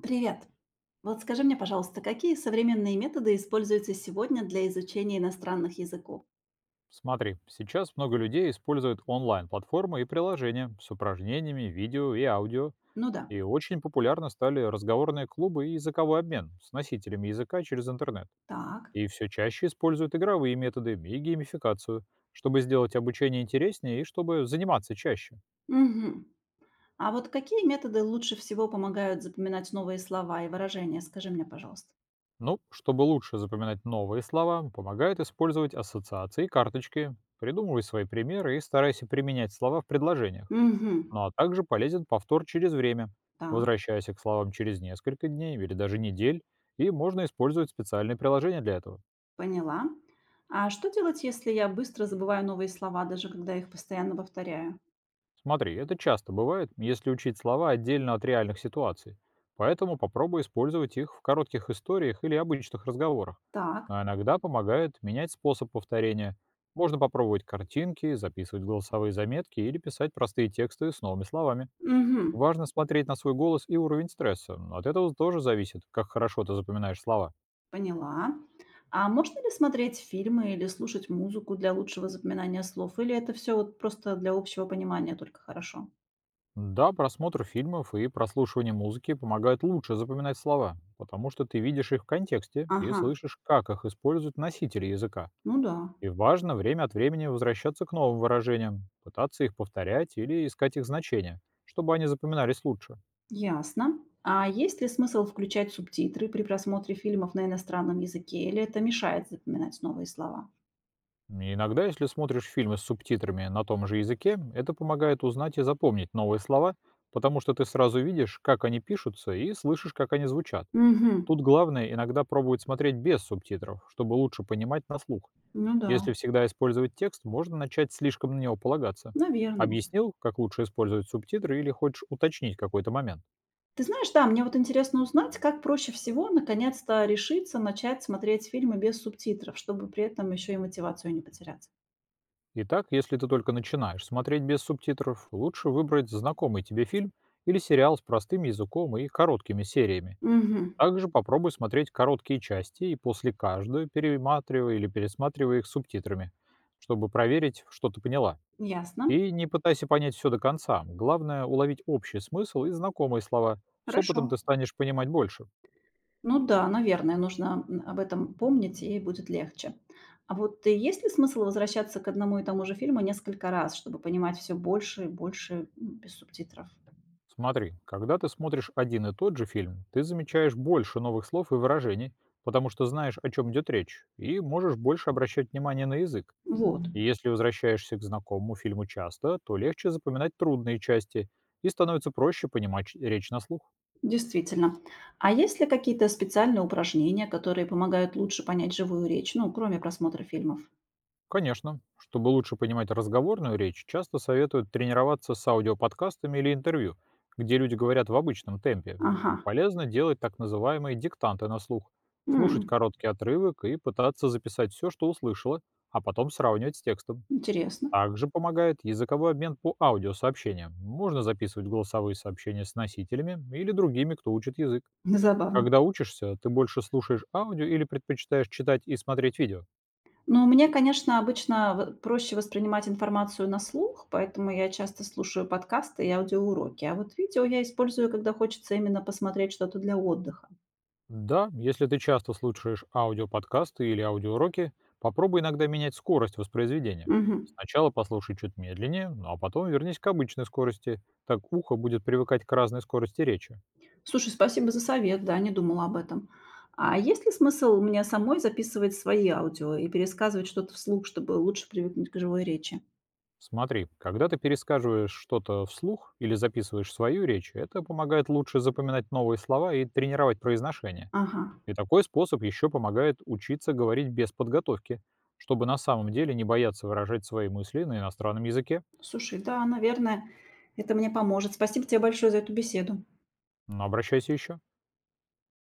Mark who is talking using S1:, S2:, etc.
S1: Привет! Вот скажи мне, пожалуйста, какие современные методы используются сегодня для изучения иностранных языков?
S2: Смотри, сейчас много людей используют онлайн-платформы и приложения с упражнениями, видео и аудио.
S1: Ну да,
S2: И очень популярны стали разговорные клубы и языковой обмен с носителями языка через интернет.
S1: так.
S2: И все чаще используют игровые методы и геймификацию, чтобы сделать обучение интереснее и чтобы заниматься чаще.
S1: Мгм. А вот какие методы лучше всего помогают запоминать новые слова и выражения? Скажи мне, пожалуйста.
S2: Ну, чтобы лучше запоминать новые слова, помогает использовать ассоциации и карточки. Придумывай свои примеры и старайся применять слова в предложениях.
S1: Угу.
S2: Ну а также полезен повтор через время,
S1: Так,
S2: возвращаясь к словам через несколько дней или даже недель, и можно использовать специальные приложения для этого.
S1: поняла. А что делать, если я быстро забываю новые слова, даже когда их постоянно повторяю?
S2: Смотри, это часто бывает, если учить слова отдельно от реальных ситуаций. Поэтому попробуй использовать их в коротких историях или обычных разговорах.
S1: Так.
S2: А иногда помогает менять способ повторения. Можно попробовать картинки, записывать голосовые заметки или писать простые тексты с новыми словами.
S1: Угу.
S2: Важно смотреть на свой голос и уровень стресса. От этого тоже зависит, как хорошо ты запоминаешь слова.
S1: Поняла. А можно ли смотреть фильмы или слушать музыку для лучшего запоминания слов? Или это все вот просто для общего понимания только хорошо?
S2: Да, просмотр фильмов и прослушивание музыки помогают лучше запоминать слова, потому что ты видишь их в контексте и
S1: Ага,
S2: слышишь, как их используют носители языка.
S1: ну да,
S2: И важно время от времени возвращаться к новым выражениям, пытаться их повторять или искать их значения, чтобы они запоминались лучше.
S1: ясно. А есть ли смысл включать субтитры при просмотре фильмов на иностранном языке? Или это мешает запоминать новые слова?
S2: Иногда, если смотришь фильмы с субтитрами на том же языке, это помогает узнать и запомнить новые слова, потому что ты сразу видишь, как они пишутся и слышишь, как они звучат.
S1: Угу,
S2: Тут главное иногда пробовать смотреть без субтитров, чтобы лучше понимать на слух.
S1: ну да,
S2: Если всегда использовать текст, можно начать слишком на него полагаться.
S1: наверное.
S2: Объяснил, как лучше использовать субтитры или хочешь уточнить какой-то момент?
S1: Ты знаешь, да, мне вот интересно узнать, как проще всего наконец-то решиться начать смотреть фильмы без субтитров, чтобы при этом еще и мотивацию не потерять.
S2: Итак, если ты только начинаешь смотреть без субтитров, лучше выбрать знакомый тебе фильм или сериал с простым языком и короткими сериями.
S1: Угу,
S2: Также попробуй смотреть короткие части и после каждой перематривай или пересматривай их с субтитрами, чтобы проверить, что ты поняла.
S1: ясно.
S2: И не пытайся понять все до конца. Главное– уловить общий смысл и знакомые слова. С
S1: Хорошо.
S2: опытом ты станешь понимать больше.
S1: Ну да, наверное, нужно, об этом помнить, и будет легче. А вот, есть ли смысл возвращаться к одному и тому же фильму несколько раз, чтобы понимать все больше и больше, без субтитров?
S2: Смотри, когда ты смотришь один и тот же фильм, ты замечаешь больше новых слов и выражений, потому что знаешь, о чем идет речь, и можешь больше обращать внимание на язык.
S1: Вот,
S2: И если возвращаешься к знакомому фильму часто, то легче запоминать трудные части и становится проще понимать речь на слух.
S1: действительно. А есть ли какие-то специальные упражнения, которые помогают лучше понять живую речь, ну, кроме просмотра фильмов?
S2: Конечно. Чтобы лучше понимать разговорную речь, часто советуют тренироваться с аудиоподкастами или интервью, где люди говорят в обычном темпе.
S1: Ага.
S2: И полезно делать так называемые диктанты на слух, слушать
S1: М,
S2: короткий отрывок и пытаться записать все, что услышала, а потом сравнивать с текстом.
S1: интересно,
S2: Также помогает языковой обмен по аудиосообщениям. Можно записывать голосовые сообщения с носителями или другими, кто учит язык.
S1: забавно.
S2: Когда учишься, ты больше слушаешь аудио или предпочитаешь читать и смотреть видео?
S1: Ну, мне, конечно, обычно в проще воспринимать информацию на слух, поэтому я часто слушаю подкасты и аудиоуроки. А вот видео я использую, когда хочется именно посмотреть что-то для отдыха.
S2: Да, если ты часто слушаешь аудиоподкасты или аудиоуроки, попробуй иногда менять скорость воспроизведения.
S1: Мгм.
S2: Сначала послушай чуть медленнее, ну а потом вернись к обычной скорости. Так ухо будет привыкать к разной скорости речи.
S1: Слушай, спасибо за совет, да, не думала об этом. А есть ли смысл мне самой записывать свои аудио и пересказывать что-то вслух, чтобы лучше привыкнуть к живой речи?
S2: Смотри, когда ты пересказываешь что-то вслух или записываешь свою речь, это помогает лучше запоминать новые слова и тренировать произношение.
S1: Ага.
S2: И такой способ еще помогает учиться говорить без подготовки, чтобы на самом деле не бояться выражать свои мысли на иностранном языке.
S1: Слушай, да, наверное, это мне поможет. Спасибо тебе большое за эту беседу.
S2: Но обращайся еще.